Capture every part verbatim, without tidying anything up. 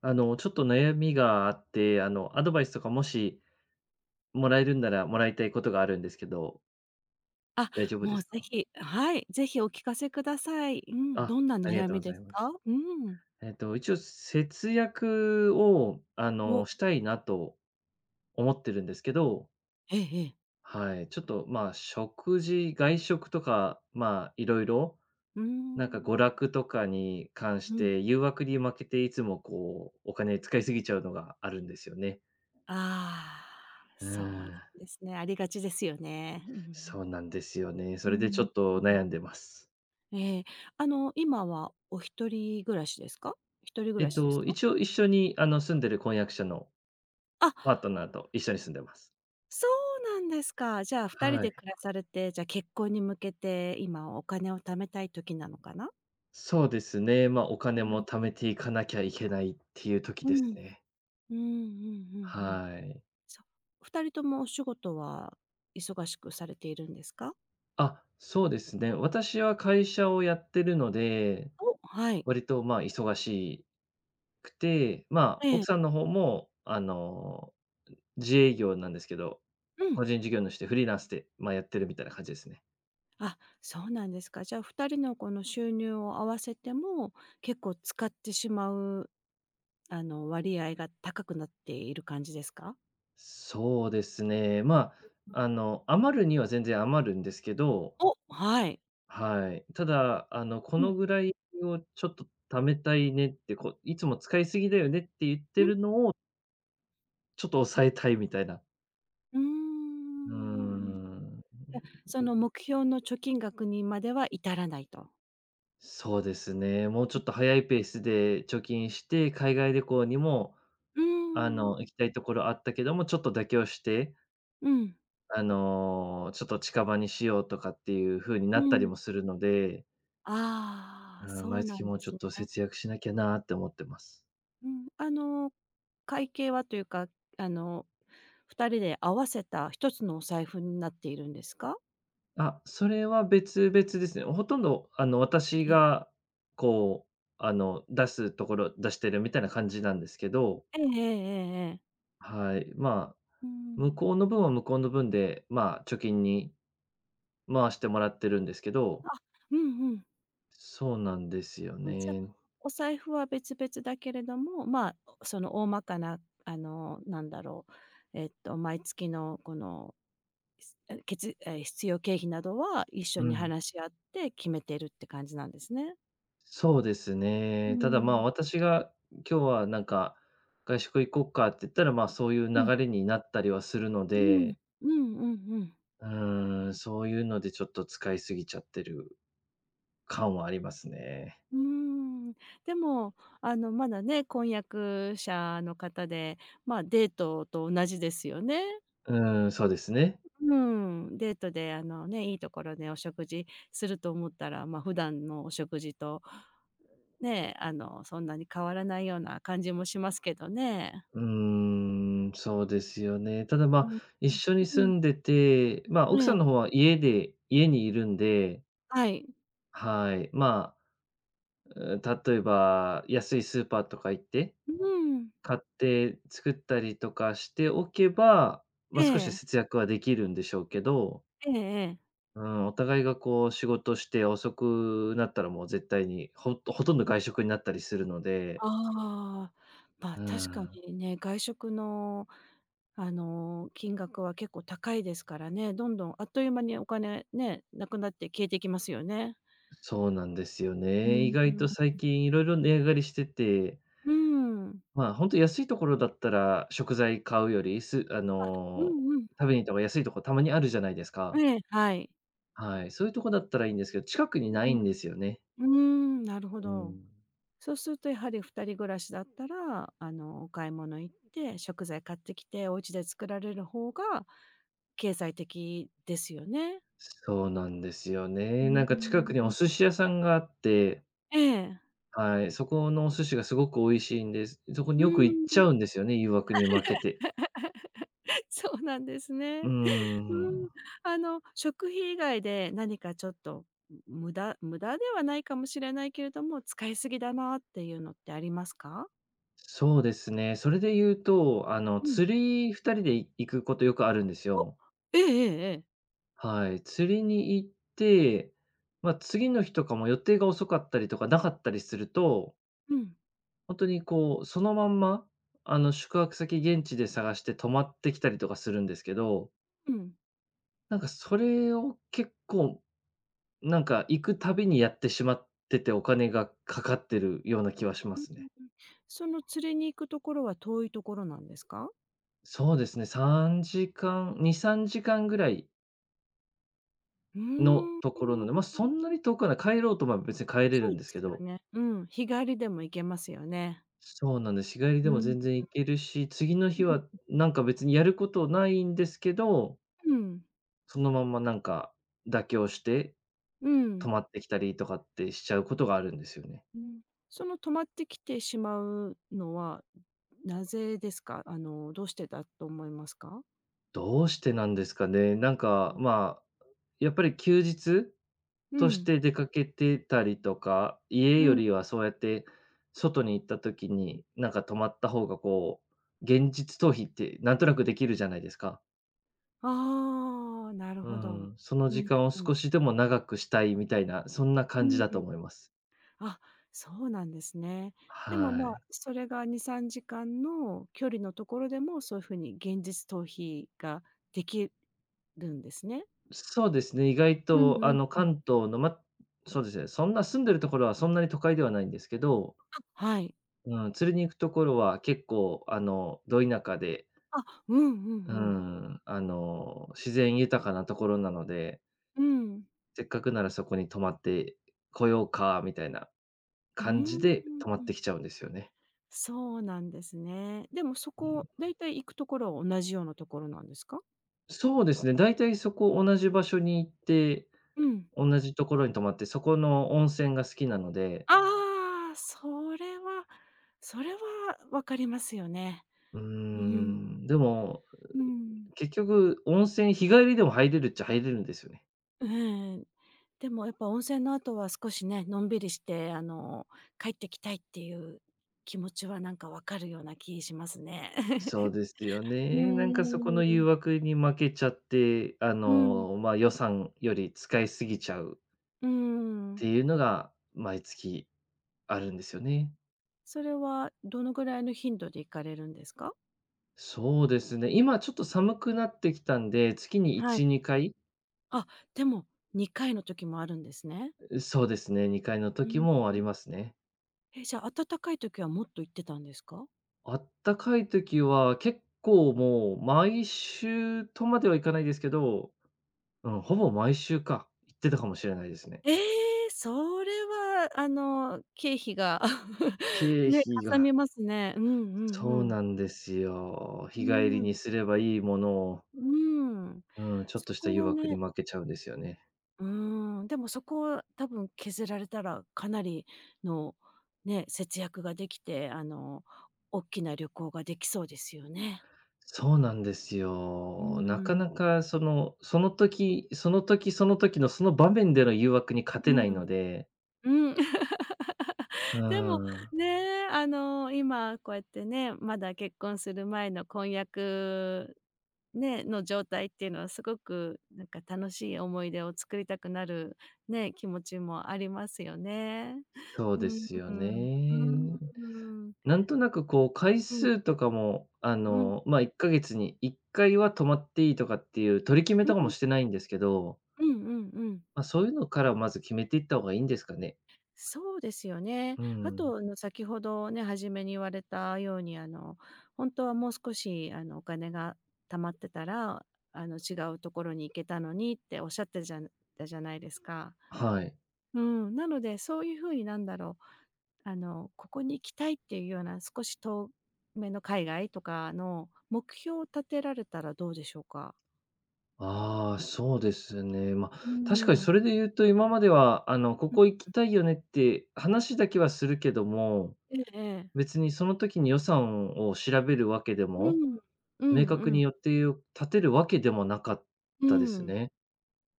あの、ちょっと悩みがあって、あの、アドバイスとかもしもらえるんならもらいたいことがあるんですけど、あ、大丈夫でもうすぜか？ひ、はい、ぜひお聞かせください。うん、あ、どんなありが悩とうみござでいすます。か？うん。えっと、一応節約を、あお、の、したいなと思ってるんですけど、ええええ。はい、ちょっと、まあ、食事、外食とか、まあ、いろいろ、うーなんか娯ん。楽とかに関しうん。て誘惑に負けていつもこう、お金使いすぎちゃうのがあるんですよね。ああ、うそうなんん、ですね。ありがちですよね。うんうんうそうん。なんですよね。それでちょっと悩んでます。ええ、あの、今はお一人暮らしですか？一人え暮らっしですと、か？一応一緒に、あの、住んでる婚約者のあ、パートナーと一緒に住んでます。そうなんですか。じゃあ二人はい。で暮らされて、じゃあ結婚に向けて今お金を貯めたい時なのかな？そうですね。まあ、おう金もん。貯めていかなきゃいけないっていう時うですん。ね。うんうんうんうん。はい。そう。ふたりともお仕事は忙しくされているんですか？あ、そうですね。私は会社をやってるので、お、はい。割と、ま、忙しくて、ま、え奥え。さんの方も、あの、自営業なんですけど、う個ん。人事業主でフリーランスで、まあ、やってるみたいな感じですね。あ、そうなんですか。じゃあふたりのこの収入を合わせても、結構使ってしまう、あの、割合が高くなっている感じですか？そうですね。まあ、あの、余るには全然余るんですけど、お、はい。はい。ただ、あの、こうん、のぐらいをちょっと貯めたいねって、こう、いつも使いすぎだよねって言ってうん、るのを、ちょっと抑えたいみたいな。うーうーん。じん。ゃ、その目標の貯金額にまでは至らないと。そうですね。もうちょっと早いペースで貯金して、海外旅行にも、うあん、の、行きたいところあったけども、ちょっと妥協して、うん、あの、ちょっと近場にしようとかっていう風になうったりん。もするので、あうあ、ん、そ毎うな月んもうでちょすっね。と節約しなきゃなーって思ってます。うん、あの、会計はというか、あの、ふたりで合わせた一つのお財布になっているんですか？あ、それは別々ですね。ほとんど、あの、私ええ。が、こう、あの、出すところ出してるみたいな感じなんですけど、ええええええええ、はい。まあ、うー向ん。こうの分は向こうの分で、まあ、貯金に回してもらってるんですけど、あ、うんうん。そうなんですよあ、じゃ、ね。お財布は別々だけれども、まあ、その大まかな、あの、なんだろう、えっと、毎月のこの、すえ、けつえ、必要経費などは一緒うにん。話し合って決めてるって感じなんですね。そうですうーね。ただ、まあ、ん。私が今日はなんか、外食行こうかって言ったら、まあ、そういううん。流れになったりはするのうん。で、うんうんうん。うーん、そういうのでちょっと使いすぎちゃってる感はありますね。うーん。でも、あの、まだね、婚約者の方で、まあ、デートと同じですよね。うーん、そうですね。うん。デートで、あの、ね、いいところでお食事すると思ったら、まあ、普段のお食事と、ね、あの、そんなに変わらないような感じもしますけどね。うーん、そうですよね。ただ、まうあ、ん、うん、一緒に住うん。んでて、まあ、え奥さえ、んの方は家で家にいるんで、はい。はい。まあ、うん、例えば安いスーパーとか行って、うん。買って作ったりとかしておけば、えま、少しえ。節約はできるんでしょうけど、ええええ。うん、お互いがこう仕事して遅くなったらもう絶対にほほとんど外食になったりするので、ああ、ま、う確かん。にね、外食の、あの、金額は結構高いですからね、どんどんあっという間にお金ね、なくなって消えていきますよね。そうなんですようーね。意外とん。最近いろいろ値上がりしてて、うーん。まあ、本当安いところだったら食材買うより、すああ、うの、んうん。食べに行った方が安いとこたまにあるじゃないですか。ええ、はい。はい、そういうとこだったらいいんですけど、近くにないんでうすよね。ん、うーん、なるほうど。ん。そうするとやはり二人暮らしだったら、あの、お買い物行って、食材買ってきて、お家で作られる方が経済的ですよね。そうなんですようね。なんか近くーにお寿ん。司屋さんがあって、ええ。はい、そこのお寿司がすごく美味しいんです。そこにうよく行っーちん。ゃうんですよね、誘惑に負けて。そうなんですうーね。うん。ん。あの、食費以外で何かちょっと、む無駄無駄ではないかもしれないけれども、使いすぎだなっていうのってありますか？そうですね。それで言うと、あの、うん。釣りふたりで行くことよくあるんですお、よ。ええええええ。はい。釣りに行って、まあ、次の日とかも予定が遅かったりとかなかったりすると、うん、本当にこう、そのまんま、あの、宿泊先現地で探して泊まってきたりとかするんですけど、うん。なんかそれを結構、なんか行くたびにやってしまってて、お金がかかってるような気はしまうんすうんね。うん。その釣りに行くところは遠いところなんですか？そうですね、さんじかん、に、さんじかんぐらいうのーところなので、まあ、ん。そんなに遠くはない、帰ろうとまあ、別に帰れそるうんでですけすよど、ね。うん、日帰りでも行けますよね。そうなんです。日帰りでうん、もうん、全然行けるし、次の日はなんか別にやることないんですけど、うん、そのまんまなんか妥協して、う泊ん。まってきたりとかってしちゃうことがあるんですよね。うん、その止まってきてしまうのは、なぜですか？あの、どうしてだと思いますか？どうしてなんですかね。なんか、まあやっぱり休日うとしん。て出かけてたりとか、家うよん。りはそうやって外に行った時に、なんか泊まった方がこう、現実逃避ってなんとなくできるじゃないですか。ああ、なるうーほど。ん、そのう時ん間をうん。少しでも長くしたいみたいな、そんなう感じん。だと思います。あ、そうなんですね。でも、はまあ、い。それがに、さんじかんの距離のところでも、そういうふうに現実逃避ができるんですね。そうですね、意外うん。とあうんのうん。関東の、ま、そうですね、そんな住んでるところはそんなに都会ではないんですけど、あ、はい。うん、釣りに行くところは結構あの、ど田舎で、あ、うんううんうん。ん、あの、自然豊かなところなので、うん。せっかくならそこに泊まってこようかみたいなうー感じでん。泊まってきちゃうんですよね。そうなんですね。でもそうこ、ん。だいたい行くところは同じようなところなんですか？そうですね、大体そこ同じ場所に行って、うん。同じところに泊まって、そこの温泉が好きなので、ああ、それはそれは分かりますよね。うーうん、ん。でも、うん。結局温泉日帰りでも入れるっちゃ入れるんですよね。うん。でもやっぱ温泉の後は少しね、のんびりして、あの、帰ってきたいっていう気持ちはなんか分かるような気しますね。そう ですようね。なんかーそこの誘ん。惑に負けちゃって、あうん。の、ま、予算より使いすぎちゃううっん。ていうのが毎月あるんですよね。それはどのぐらいの頻度で行かれるんですか？そうですね、今ちょっと寒くなってきたんで、月にはいち、い。にかい、あ、でも、にかいの時もあるんですね。そうですね、にかいのう時ん。もありますね。え、じゃあ、暖かい時はもっと行ってたんですか？あったかい時は結構もう毎週とまではいかないですけど、うん、ほぼ毎週か、行ってたかもしれないですね。ええ、それは、あの、経費が 経ね、費かさがみますね。うんうそうんうんなんですよ。う日帰りん、にすればいいものを、うん。うん、ちょっとそしたこ誘は惑ね、に負けちゃうんですよね。うん、でもそこは多分削られたらかなりのね、節約ができて、あの、大きな旅行ができそうですよね。そうなんですうよ。なかん。なかその、その時、その時その時のその場面での誘惑に勝うてないん。ので、うん。うでも、ん、ね、あの、今こうやってね、まだ結婚する前の婚約、ね、の状態っていうのはすごくなんか楽しい思い出を作りたくなる、ね、気持ちもありますよね。そううでん、すようん、うね。ん。なんとなくこう回うん、数とかも、あうん、うん、の、ま、あいっかげつにいっかいは泊まっていいとかっていう取り決めとかもうしてないんですけど、んうんうん。まあ、そういうのからまず決めていった方がいいんですかね？そうですよね。うあん。と、あの、先ほどね、初めに言われたように、あの、本当はもう少し、あの、お金が貯まってたら、あの、違うところに行けたのにっておっしゃってじゃたじゃないですか。はい。うん、なので、そういう風になんだろう、あの、ここに行きたいっていうような少し遠めの海外とかの目標を立てられたらどうでしょうか？ああ、そうですね。まあ、う確かにそん。れで言うと、今までは、あの、こうん、こ行きたいよねって話だけはするけども、ええええ。別にその時に予算を調べるわけでうも、ん。う明ん確うにん。予定を立てるわけでもなかっうたですん。ね。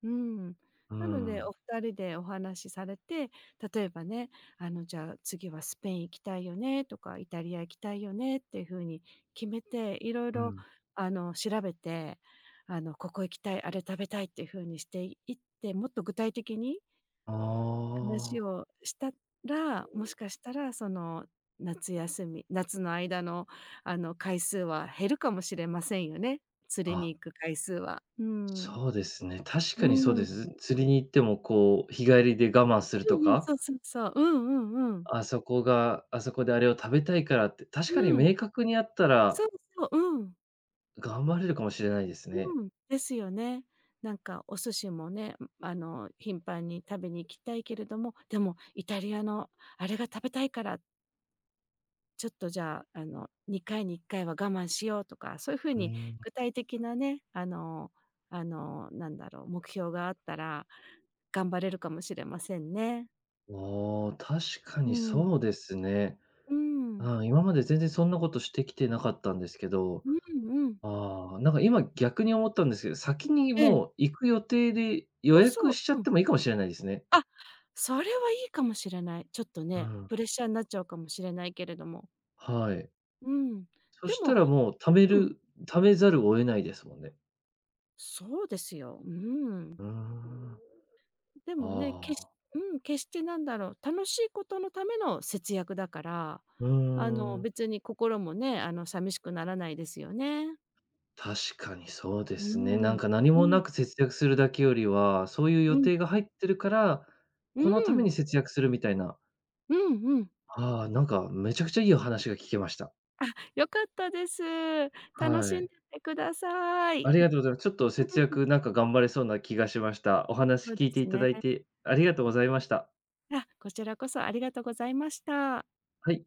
うん。うなので、おん。二人でお話しされて、例えばね、あの、じゃあ、次はスペイン行きたいよねとか、イタリア行きたいよねっていう風に決めて、いろいうろん。あの、調べて、あの、ここ行きたい、あれ食べたいっていう風にしていって、もっと具体的にあ話あ。をしたら、もしかしたら、その、夏休み夏の間の、あの、回数は減るかもしれませんよね。釣りあ、に行く回数は。うん。そうですね。確うかにそうでん。す。釣りに行っても、こう、日帰りで我慢するうとんうん、か、そうそうそう。うんうんうん。あそこがあそこであれを食べたいからって、確かにうん。明確にあったそらうそう、うん。頑張れるかもしれないですね。うん。ですよね。なんかお寿司もね、ん、あの、頻繁に食べに行きたいけれども、でもイタリアのあれが食べたいから、ちょっとじゃあ、あの、にかいにいっかいは我慢しようとか、そういう風うーにん。具体的なね、あのあの、なんだろう、目標があったら頑張れるかもしれませんね。ああ、確かうにん。そうですね。うん。ああ今まで全然そんなことしてきてなかったんですけど、うんうん。ああ、なんか今逆に思ったんですけど、先にええ。もう行く予定で予こ約そしちゃう。うっん。てもいいかもしれないですね。あ、それはいいかもしれない。ちょっとうね、ん。プレッシャーになっちゃうかもしれないけれども。はい。うん。そでしたも、らもう貯めうん、る貯めざるを得ないですもんね。そうですよ。うん。うーん。でもね、決しああ、うん、決してなんだろう、楽しいことのための節約だから、うーあの、ん。別に心もね、あの、寂しくならないですよね。確かにそうでうすね。なんん。か何うもん、なく節約するだけよりは、そういう予うん、定が入ってるから、うこのためん、に節約するみたいな。うんうん。ああ、なんかめちゃくちゃいいお話が聞けました。あ、良かったです。楽はしんい。でってくださあい。りうがとうございます。ちょっと節ん、約なんか頑張れそうな気がしました。お話そう聞でいていすたね。だいてありがとうございました。あ、こちらこそありがとうございました。はい。